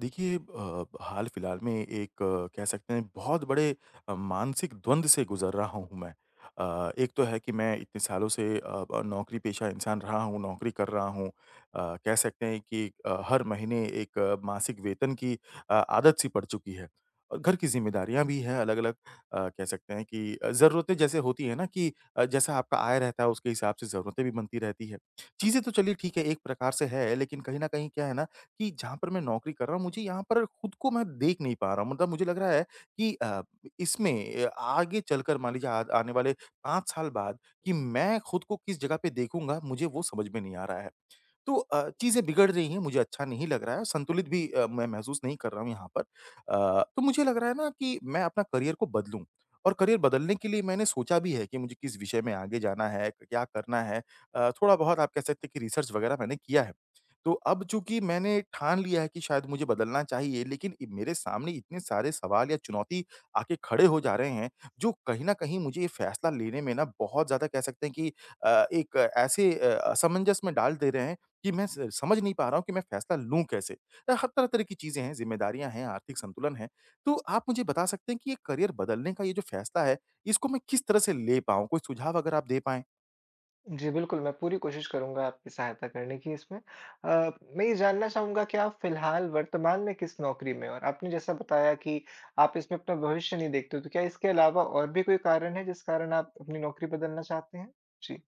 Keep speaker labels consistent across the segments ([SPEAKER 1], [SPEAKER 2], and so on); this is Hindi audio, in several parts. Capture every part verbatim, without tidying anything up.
[SPEAKER 1] देखिए, अ, हाल फिलहाल में एक, अ, कह सकते हैं बहुत बड़े अ, मानसिक द्वंद से गुजर रहा हूँ मैं। अ, एक तो है कि मैं इतने सालों से अ, अ, नौकरी पेशा इंसान रहा हूँ, नौकरी कर रहा हूँ। अ, कह सकते हैं कि अ, हर महीने एक अ, मासिक वेतन की अ, आदत सी पड़ चुकी है। और घर की ज़िम्मेदारियाँ भी हैं अलग-अलग। अ, कह सकते हैं कि अ, ज़रूरतें जैसे होती हैं ना कि अ, जैसा आपका आय रहता है उसके हिसाब से ज़रूरतें भी बनती रहती है। चीज़ें तो चलिए ठीक है, एक प्रकार से है। लेकिन कहीं न कहीं क्या है ना कि जहाँ पर मैं नौकरी कर रहा हूँ, मुझे यहाँ पर खुद को मैं देख नहीं पा रहा हूँ। मतलब मुझे लग रहा है कि अ, इसमें अ, आगे चलकर मान लीजिए आ आने वाले पाँच साल बाद कि मैं खुद को किस जगह पे देखूँगा, मुझे वो समझ में नहीं आ रहा है। तो अ, चीज़ें बिगड़ रही हैं, मुझे अच्छा नहीं लग रहा है, संतुलित भी अ, मैं महसूस नहीं कर रहा हूँ यहाँ पर। अ, तो मुझे लग रहा है ना कि मैं अपना करियर को बदलूँ। और करियर बदलने के लिए मैंने सोचा भी है कि मुझे किस विषय में आगे जाना है, क्या करना है। अ, थोड़ा-बहुत आप कह सकते हैं कि रिसर्च वगैरह मैंने किया है। तो अब चूँकि मैंने ठान लिया है कि शायद मुझे बदलना चाहिए, लेकिन इ मेरे सामने इतने सारे सवाल या चुनौती आके खड़े हो जा रहे हैं, जो कहीं न कहीं मुझे ये फैसला लेने में ना बहुत ज़्यादा कह सकते हैं कि अ, एक ऐसे अ, असमंजस में डाल दे रहे हैं कि मैं स समझ नहीं पा रहा हूँ कि मैं फैसला लूँ कैसे? अ, हर तरह-तरह की चीज़ें हैं, ज़िम्मेदारियाँ हैं, आर्थिक संतुलन है। तो आप मुझे बता सकते हैं कि ये करियर बदलने का ये जो फैसला है, इसको मैं किस तरह से ले पाऊँ? कोई सुझाव अगर आप दे पाएँ?
[SPEAKER 2] जी, बिल्कुल, मैं पूरी कोशिश करूँगा आपकी सहायता करने की इसमें। अ, मैं ये जानना चाहूँगा कि आप फ़िलहाल वर्तमान में किस नौकरी में हो? और आपने जैसा बताया कि आप इसमें अपना भविष्य नहीं देखते हो, तो क्या इसके अलावा और भी कोई कारण है जिस कारण आप अपनी नौकरी बदलना चाहते हैं? जी।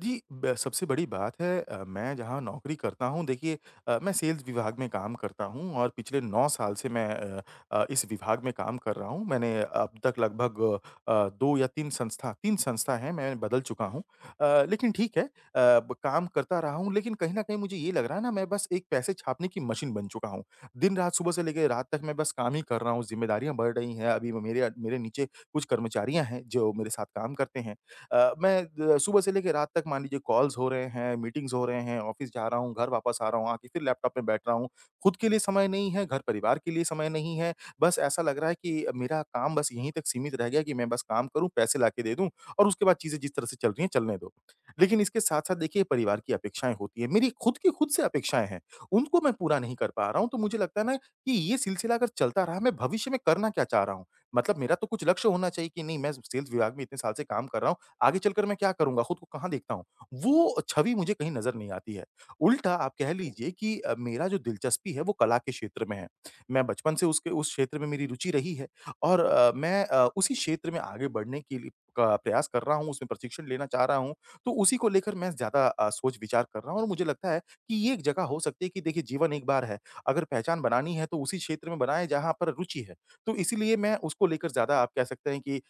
[SPEAKER 1] जी, ब सबसे बड़ी बात है। अ, मैं जहाँ नौकरी करता हूँ देखिए, अ, मैं सेल्स विभाग में काम करता हूँ और पिछले नौ साल से मैं अ अ, इस विभाग में काम कर रहा हूँ। मैंने अब तक लगभग अ, दो या 3 संस्था तीन संस्था हैं मैं बदल चुका हूँ। अ, लेकिन ठीक है, अ, ब काम करता रहा हूँ। लेकिन कहीं न कहीं मुझे ये लग रहा है ना मैं बस एक पैसे छापने की मशीन बन चुका हूँ। दिन-रात सुबह से लेके रात तक मैं बस काम ही कर रहा हूँ, ज़िम्मेदारियाँ बढ़ रही हैं। अभी मेरे मेरे नीचे कुछ कर्मचारियाँ हैं जो मेरे साथ काम करते हैं। अ, मैं द सुबह से लेके रात तक मान लीजिए कॉल्स हो रहे हैं, मीटिंग्स हो रहे हैं, ऑफ़िस जा रहा हूँ, घर वापस आ रहा हूँ, आके फिर लैपटॉप में बैठ रहा हूँ। खुद के लिए समय नहीं है, घर परिवार के लिए समय नहीं है। बस ऐसा लग रहा है कि मेरा काम बस यहीं तक सीमित रह गया कि मैं बस काम करूँ, पैसे लाके दे दूँ और उसके बाद चीज़ें जिस तरह से चल रही हैं, चलने दो। लेकिन इसके साथ-साथ देखिए, परिवार की अपेक्षाएँ होती हैं, मेरी खुद की खुद से अपेक्षाएँ हैं, उनको मैं पूरा नहीं कर पा रहा हूँ। तो मुझे लगता है ना कि ये सिलसिला अगर चलता रहा मैं भविष्य में करना क्या चाह रहा हूँ? मतलब मेरा तो कुछ लक्ष्य होना चाहिए कि नहीं, मैं सेल्स विभाग में इतने साल से काम कर रहा हूँ आगे चलकर मैं क्या करूँगा, खुद को कहाँ देखता हूँ? वो छवि मुझे कहीं नज़र नहीं आती है। उल्टा आप कह लीजिए कि अ, मेरा जो दिलचस्पी है वो कला के क्षेत्र में है। मैं बचपन से उसके उस क्षेत्र में मेरी रुचि रही है और अ, मैं अ, उसी क्षेत्र में आगे बढ़ने के लिए का प्रयास कर रहा हूँ, उसमें प्रशिक्षण लेना चाह रहा हूँ। तो उसी को लेकर मैं ज़्यादा अ, सोच-विचार कर रहा हूँ और मुझे लगता है कि ये एक जगह हो सकती है कि देखिए जीवन एक बार है, अगर पहचान बनानी है तो उसी क्षेत्र में बनाएँ जहाँ पर रुचि है। तो इसीलिए मैं उसको लेकर ज़्यादा आप कह सकते हैं कि अ,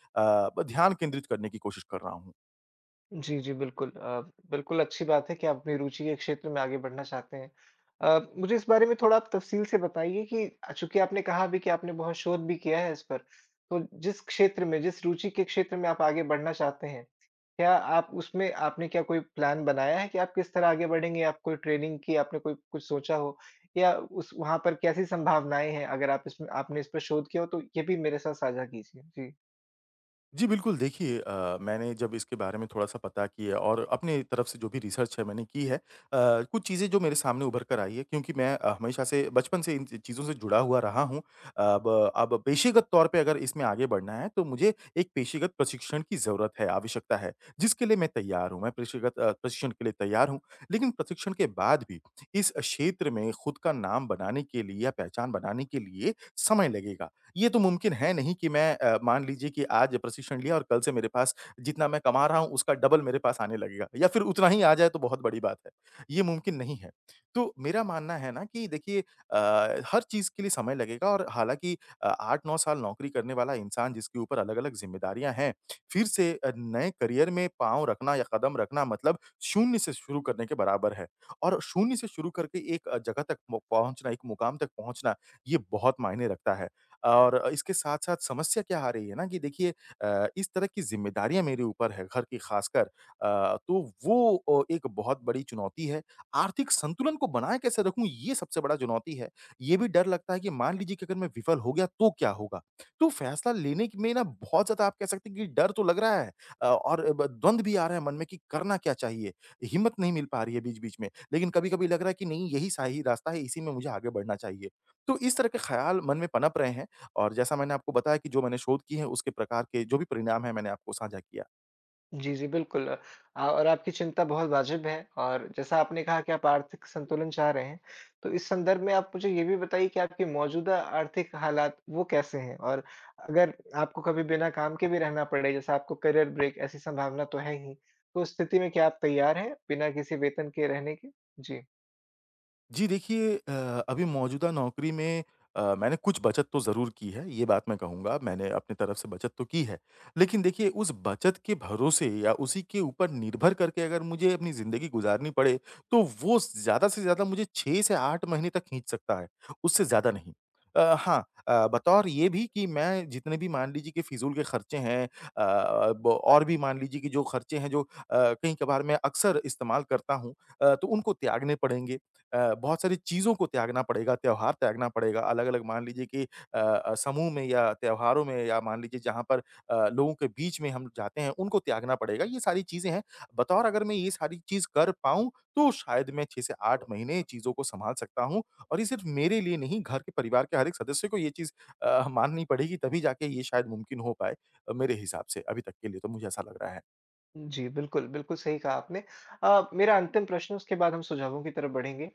[SPEAKER 1] ब ध्यान केंद्रित करने की कोशिश कर रहा हूँ।
[SPEAKER 2] जी, जी, बिल्कुल। अ, बिल्कुल अच्छी बात है कि आप अपनी रुचि के क्षेत्र में आगे बढ़ना चाहते हैं। अ, मुझे इस बारे में थोड़ा आप तफ़सील से बताइए कि अ, चूँकि आपने कहा भी कि आपने बहुत शोध भी किया है इस पर, तो जिस क्षेत्र में, जिस रुचि के क्षेत्र में आप आगे बढ़ना चाहते हैं, क्या आप उसमें आपने क्या कोई प्लान बनाया है कि आप किस तरह आगे बढ़ेंगे? आप कोई ट्रेनिंग की आपने कोई कुछ सोचा हो? या उस वहाँ पर कैसी संभावनाएँ हैं? अगर आप इसमें आपने इस पर शोध किया हो तो ये भी मेरे साथ साझा कीजिए। जी।
[SPEAKER 1] जी, बिल्कुल। देखिए अ, मैंने जब इसके बारे में थोड़ा-सा पता किया और अपनी तरफ से जो भी रिसर्च है मैंने की है। अ, कुछ चीज़ें जो मेरे सामने उभर कर आई है क्योंकि मैं अ, हमेशा से बचपन से इन चीज़ों से जुड़ा हुआ रहा हूँ। अब अब पेशेगत तौर पे अगर इसमें आगे बढ़ना है तो मुझे एक पेशेगत प्रशिक्षण की ज़रूरत है, आवश्यकता है, जिसके लिए मैं तैयार हूँ। मैं पेशेगत अ, प्रशिक्षण के लिए तैयार हूँ। लेकिन प्रशिक्षण के बाद भी इस क्षेत्र में खुद का नाम बनाने के लिए या पहचान बनाने के लिए समय लगेगा। ये तो मुमकिन है नहीं कि मैं अ, मान लीजिए कि आज प्रशिक्षण लिया और कल से मेरे पास जितना मैं कमा रहा हूँ उसका डबल मेरे पास आने लगेगा, या फिर उतना ही आ जाए तो बहुत बड़ी बात है। ये मुमकिन नहीं है। तो मेरा मानना है ना कि देखिए, अ, हर चीज़ के लिए समय लगेगा। और हालाँकि अ, आठ नौ साल नौकरी करने वाला इंसान जिसके ऊपर अलग-अलग ज़िम्मेदारियाँ हैं, फिर से अ, नए करियर में पाँव रखना या कदम रखना मतलब शून्य से शुरू करने के बराबर है। और शून्य से शुरू करके एक अ, जगह तक म पहुँचना, एक मुकाम तक पहुँचना, ये बहुत मायने रखता है। और इसके साथ-साथ समस्या क्या आ रही है ना कि देखिए, अ, इस तरह की ज़िम्मेदारियाँ मेरे ऊपर है घर की ख़ासकर। अ, तो वो अ, एक बहुत बड़ी चुनौती है। आर्थिक संतुलन को बनाए कैसे रखूँ ये सबसे बड़ा चुनौती है। ये भी डर लगता है कि मान लीजिए कि अगर मैं विफल हो गया तो क्या होगा? तो फ़ैसला लेने क में ना बहुत ज़्यादा आप कह सकते हैं कि डर तो लग रहा है। अ, और ब द्वंद भी आ रहा है मन में कि करना क्या चाहिए? हिम्मत नहीं मिल पा रही है बीच-बीच में। लेकिन कभी-कभी लग रहा है कि नहीं यही सही रास्ता है, इसी में मुझे आगे बढ़ना चाहिए। तो इस तरह के ख़्याल मन में पनप रहे हैं। और जैसा मैंने आपको बताया कि जो मैंने शोध की है उसके प्रकार के जो भी परिणाम हैं मैंने आपको साझा किया।
[SPEAKER 2] जी, जी, बिल्कुल। अ, आ- और आपकी चिंता बहुत वाजिब है और जैसा आपने कहा कि आप आर्थिक संतुलन चाह रहे हैं, तो इस संदर्भ में आप मुझे ये भी बताइए कि आपके मौजूदा आर्थिक हालात वो कैसे हैं? और अगर आपको कभी बिना काम के भी रहना पड़े, जैसा आपको करियर ब्रेक ऐसी संभावना तो है ही, तो उस स्थिति में क्या आप तैयार हैं बिना किसी वेतन के रहने के? जी।
[SPEAKER 1] जी, देखिए अ, अभी मौजूदा नौकरी में अ, मैंने कुछ बचत तो ज़रूर की है, ये बात मैं कहूँगा मैंने अपनी तरफ से बचत तो की है। लेकिन देखिए उस बचत के भरोसे या उसी के ऊपर निर्भर करके अगर मुझे अपनी ज़िंदगी गुज़ारनी पड़े, तो वो ज़्यादा से ज़्यादा मुझे छह से आठ महीने तक खींच सकता है, उससे ज़्यादा नहीं। अ, हाँ, अ, बतौर ये भी कि मैं जितने भी मान लीजिए कि फ़िज़ूल के खर्चे हैं, अ, ब और भी मान लीजिए कि जो खर्चे हैं जो अ, कहीं-कभार मैं अक्सर इस्तेमाल करता हूँ, अ, तो उनको त्यागने पड़ेंगे। अ, बहुत सारी चीज़ों को त्यागना पड़ेगा, त्योहार त्यागना पड़ेगा। अलग-अलग मान लीजिए कि अ अ, समूह में या त्योहारों में या मान लीजिए जहाँ पर अ, लोगों के बीच में हम जाते हैं, उनको त्यागना पड़ेगा। ये सारी चीज़ें हैं। बतौर अगर मैं ये सारी चीज़ कर पाऊँ, तो शायद मैं छह से आठ महीने चीज़ों को सँभाल सकता हूँ। और ये सिर्फ़ मेरे लिए नहीं, घर के परिवार के हर एक सदस्य को ये चीज़ अ, माननी पड़ेगी, तभी जाके ये शायद मुमकिन हो पाए, अ, मेरे हिसाब से। अभी तक के लिए तो मुझे ऐसा लग रहा है।
[SPEAKER 2] जी, बिल्कुल, बिल्कुल सही कहा आपने। अ, मेरा अंतिम प्रश्न उसके बाद हम सुझावों की तरफ बढ़ेंगे।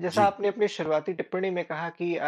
[SPEAKER 2] जैसा
[SPEAKER 1] जी।
[SPEAKER 2] आपने अपनी शुरुआती टिप्पणी में कहा कि अ,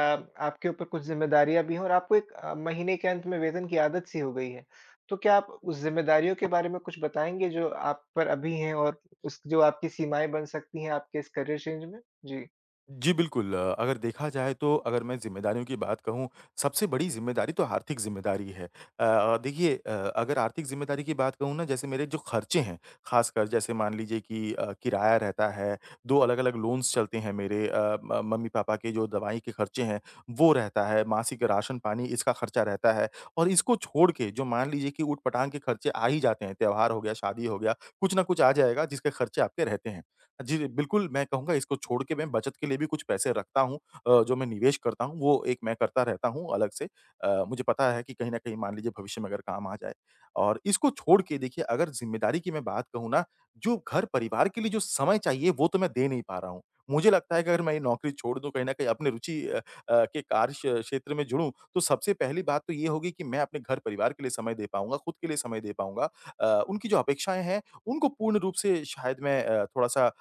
[SPEAKER 2] आपके ऊपर कुछ ज़िम्मेदारियाँ भी हैं और आपको एक अ, महीने के अंत में वेतन की आदत सी हो गई है। तो क्या आप उस ज़िम्मेदारियों के बारे में कुछ बताएँगे जो आप पर अभी हैं और उस जो आपकी सीमाएँ बन सकती हैं आपके इस करियर चेंज में? जी।
[SPEAKER 1] जी, बिल्कुल। अ, अगर देखा जाए तो अगर मैं ज़िम्मेदारियों की बात कहूँ, सबसे बड़ी ज़िम्मेदारी तो आर्थिक ज़िम्मेदारी है। अ, देखिए, अ, अगर आर्थिक ज़िम्मेदारी की बात कहूँ ना जैसे मेरे जो खर्चे हैं, ख़ासकर जैसे मान लीजिए कि अ, किराया रहता है, दो अलग-अलग लोन्स चलते हैं मेरे, अ, म मम्मी-पापा के जो दवाई के खर्चे हैं, वो रहता है, मासिक राशन-पानी इसका खर्चा रहता है। और इसको छोड़ के जो मान लीजिए कि ऊट-पटांग के खर्चे आ ही जाते हैं, त्योहार हो गया, शादी हो गया, कुछ ना कुछ आ जाएगा जिसके खर्चे आपके रहते हैं। जी, जी, बिल्कुल, मैं कहूँगा इसको छोड़ के मैं बचत के लिए भी कुछ पैसे रखता हूँ, अ, जो मैं निवेश करता हूँ, वो एक मैं करता रहता हूँ अलग से। अ, मुझे पता है कि कहीं न कहीं मान लीजिए भविष्य में अगर काम आ जाए। और इसको छोड़ के देखिए अगर ज़िम्मेदारी की मैं बात कहूँ ना, जो घर-परिवार के लिए जो समय चाहिए वो तो मैं दे नहीं पा रहा हूँ। मुझे लगता है कि अगर मैं ये नौकरी छोड़ दूँ, कहीं न कहीं अपनी रुचि अ अ, के कार्य श क्षेत्र में जुड़ूँ, तो सबसे पहली बात तो ये होगी कि मैं अपने घर-परिवार के लिए समय दे पाऊँगा, खुद के लिए समय दे पाऊँगा। अ, उनकी जो अपेक्षाएँ हैं, उनको पूर्ण रूप से शायद मैं अ, थोड़ा-सा अ,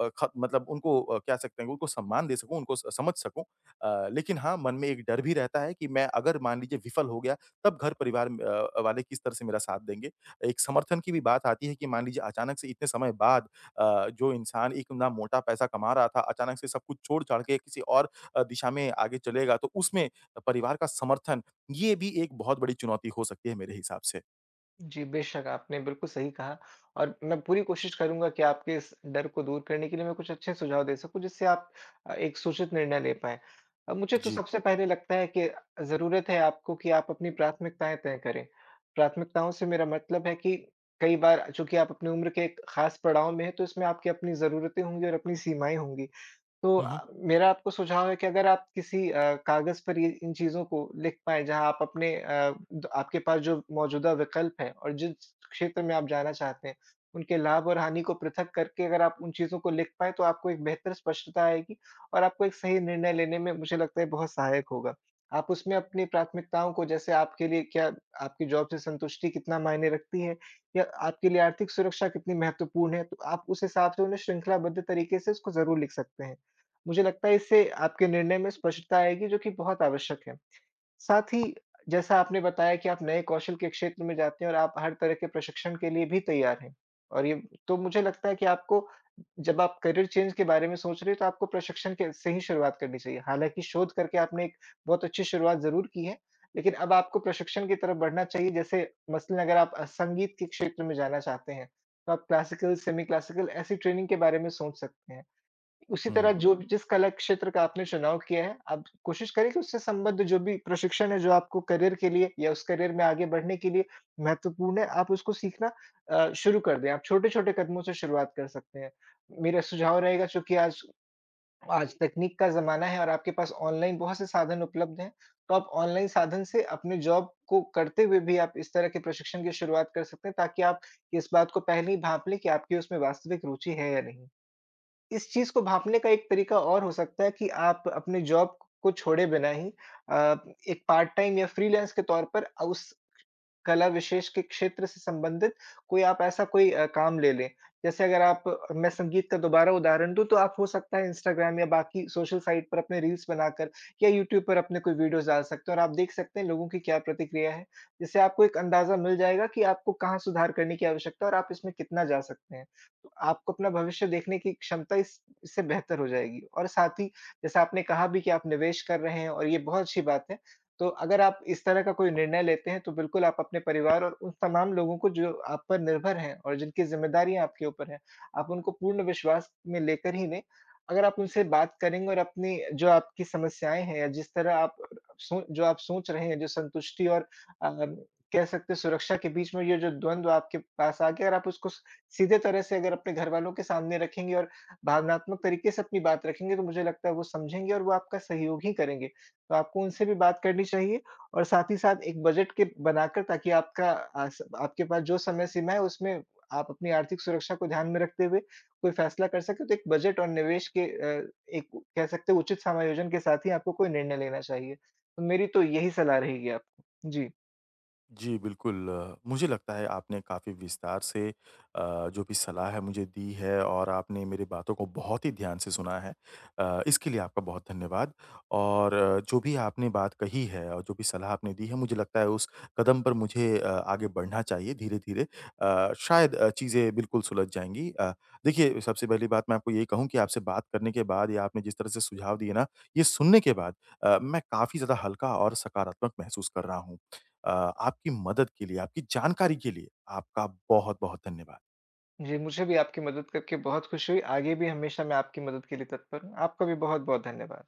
[SPEAKER 1] ब ख मतलब उनको अ, क्या सकते हैं, उनको सम्मान दे सकूँ, उनको स समझ सकूँ। अ, लेकिन हाँ, मन में एक डर भी रहता है कि मैं अगर मान लीजिए विफल हो गया, तब घर-परिवार म अ, वाले किस तरह से मेरा साथ देंगे। एक समर्थन की भी बात आती है कि मान लीजिए अचानक से इतने समय बाद, अ, जो इंसान इतना मोटा पैसा कमा रहा था, अचानक से सब कुछ छोड़-छाड़ के किसी और अ, दिशा में आगे चलेगा, तो उसमें परिवार का समर्थन, ये भी एक बहुत बड़ी चुनौती हो सकती है मेरे हिसाब से।
[SPEAKER 2] जी, बेशक आपने बिल्कुल सही कहा और मैं पूरी कोशिश करूँगा कि आपके इस डर को दूर करने के लिए मैं कुछ अच्छे सुझाव दे सकूँ जिससे आप अ, एक सूचित निर्णय ले पाएँ। अ, मुझे तो
[SPEAKER 1] जी।
[SPEAKER 2] सबसे पहले लगता है कि ज़रूरत है आपको कि आप अपनी प्राथमिकताएँ तय करें। प्राथमिकताओं से मेरा मतलब है कि कई बार चूँकि आप अपनी उम्र के एक ख़ास पड़ाव में हैं, तो इसमें आपकी अपनी ज़रूरतें होंगी और अपनी सीमाएँ होंगी। तो
[SPEAKER 1] हुँ, हुँ।
[SPEAKER 2] अ, मेरा आपको सुझाव है कि अगर आप किसी अ, कागज़ पर ये इन चीज़ों को लिख पाएँ, जहाँ आप अपने अ, द आपके पास जो मौजूदा विकल्प हैं और जिस क्षेत्र में आप जाना चाहते हैं, उनके लाभ और हानि को पृथक करके अगर आप उन चीज़ों को लिख पाएँ, तो आपको एक बेहतर स्पष्टता आएगी और आपको एक सही निर्णय लेने में मुझे लगता है बहुत सहायक होगा। आप उसमें अपनी प्राथमिकताओं को जैसे आपके लिए क्या आपकी जॉब से संतुष्टि कितना मायने रखती है या आपके लिए आर्थिक सुरक्षा कितनी महत्वपूर्ण है, तो आप उस हिसाब से उन्हें श्रृंखलाबद्ध तरीके से उसको ज़रूर लिख सकते हैं। मुझे लगता है इससे आपके निर्णय में स्पष्टता आएगी जो कि बहुत आवश्यक है। साथ ही जैसा आपने बताया कि आप नए कौशल के क्षेत्र में जाते हैं और आप हर तरह के प्रशिक्षण के लिए भी तैयार हैं और ये तो मुझे लगता है कि आपको जब आप करियर चेंज के बारे में सोच रहे हो तो आपको प्रशिक्षण के से ही शुरुआत करनी चाहिए। हालाँकि शोध करके आपने एक बहुत अच्छी शुरुआत ज़रूर की है, लेकिन अब आपको प्रशिक्षण की तरफ बढ़ना चाहिए जैसे मसलन अगर आप अ, संगीत के क्षेत्र में जाना चाहते हैं, तो आप क्लासिकल, सेमी क्लासिकल ऐसी ट्रेनिंग के बारे में सोच सकते हैं। उसी तरह
[SPEAKER 1] हुँ।
[SPEAKER 2] जो जिस कला क्षेत्र का आपने चुनाव किया है, आप कोशिश करें कि उससे संबद्ध जो भी प्रशिक्षण है, जो आपको करियर के लिए या उस करियर में आगे बढ़ने के लिए महत्वपूर्ण है, आप उसको सीखना अ, शुरू कर दें। आप छोटे-छोटे कदमों से शुरुआत कर सकते हैं। मेरा सुझाव रहेगा चूँकि आज आज तकनीक का ज़माना है और आपके पास ऑनलाइन बहुत से साधन उपलब्ध हैं, तो आप ऑनलाइन साधन से अपने जॉब को करते हुए भी आप इस तरह के प्रशिक्षण की शुरुआत कर सकते हैं, ताकि आप इस बात को पहले ही भाँप लें कि आपकी उसमें वास्तविक रुचि है या नहीं। इस चीज़ को भाँपने का एक तरीका और हो सकता है कि आप अपने जॉब को छोड़े बिना ही अ, एक पार्ट टाइम या फ्रीलांस के तौर पर अ, उस कला विशेष के क्षेत्र से संबंधित कोई आप ऐसा कोई अ, काम ले लें। जैसे अगर आप मैं संगीत का दोबारा उदाहरण दूँ तो आप हो सकता है इंस्टाग्राम या बाकी सोशल साइट पर अपने रील्स बनाकर या यूट्यूब पर अपने कोई वीडियोज़ डाल सकते हैं और आप देख सकते हैं लोगों की क्या प्रतिक्रिया है। जिससे आपको एक अंदाज़ा मिल जाएगा कि आपको कहाँ सुधार करने की आवश्यकता है और आप इसमें कितना जा सकते हैं। तो आपको अपना भविष्य देखने की क्षमता इस इससे बेहतर हो जाएगी और साथ ही जैसा आपने कहा भी कि आप निवेश कर रहे हैं और ये बहुत अच्छी बात है। तो अगर आप इस तरह का कोई निर्णय लेते हैं, तो बिल्कुल आप अपने परिवार और उन तमाम लोगों को जो आप पर निर्भर हैं और जिनकी ज़िम्मेदारियाँ आपके ऊपर हैं, आप उनको पूर्ण विश्वास में लेकर ही लें। अगर आप उनसे बात करेंगे और अपनी जो आपकी समस्याएँ हैं या जिस तरह आप सो जो आप सोच रहे हैं, जो संतुष्टि और अ, कह सकते हैं सुरक्षा के बीच में ये जो द्वंद्व आपके पास आ गया, अगर आप उसको स सीधे तरह से अगर अपने घरवालों के सामने रखेंगे और भावनात्मक तरीके से अपनी बात रखेंगे, तो मुझे लगता है वो समझेंगे और वो आपका सहयोग ही करेंगे। तो आपको उनसे भी बात करनी चाहिए और साथ ही साथ एक बजट के बनाकर ताकि आपका आस आपके पास जो समय सीमा है उसमें आप अपनी आर्थिक सुरक्षा को ध्यान में रखते हुए कोई फैसला कर सकें, तो एक बजट और निवेश के अ, एक कह सकते हैं उचित समायोजन के साथ ही आपको कोई निर्णय लेना चाहिए। तो मेरी तो यही सलाह रहेगी आपको। जी।
[SPEAKER 1] जी, बिल्कुल। अ, मुझे लगता है आपने काफ़ी विस्तार से अ, जो भी सलाह है मुझे दी है और आपने मेरी बातों को बहुत ही ध्यान से सुना है। अ, इसके लिए आपका बहुत धन्यवाद। और अ, जो भी आपने बात कही है और जो भी सलाह आपने दी है मुझे लगता है उस कदम पर मुझे अ, आगे बढ़ना चाहिए धीरे-धीरे। अ, शायद अ, चीज़ें बिल्कुल सुलझ जाएँगी। अ, देखिए, सबसे पहली बात मैं आपको यही कहूँ कि आपसे बात करने के बाद या आपने जिस तरह से सुझाव दिए ना, ये सुनने के बाद अ, मैं काफ़ी ज़्यादा हल्का और सकारात्मक महसूस कर रहा हूँ। अ, आपकी मदद के लिए, आपकी जानकारी के लिए आपका बहुत-बहुत धन्यवाद।
[SPEAKER 2] जी, मुझे भी आपकी मदद करके बहुत खुशी हुई। आगे भी हमेशा मैं आपकी मदद के लिए तत्पर हूँ। आपका भी बहुत-बहुत धन्यवाद।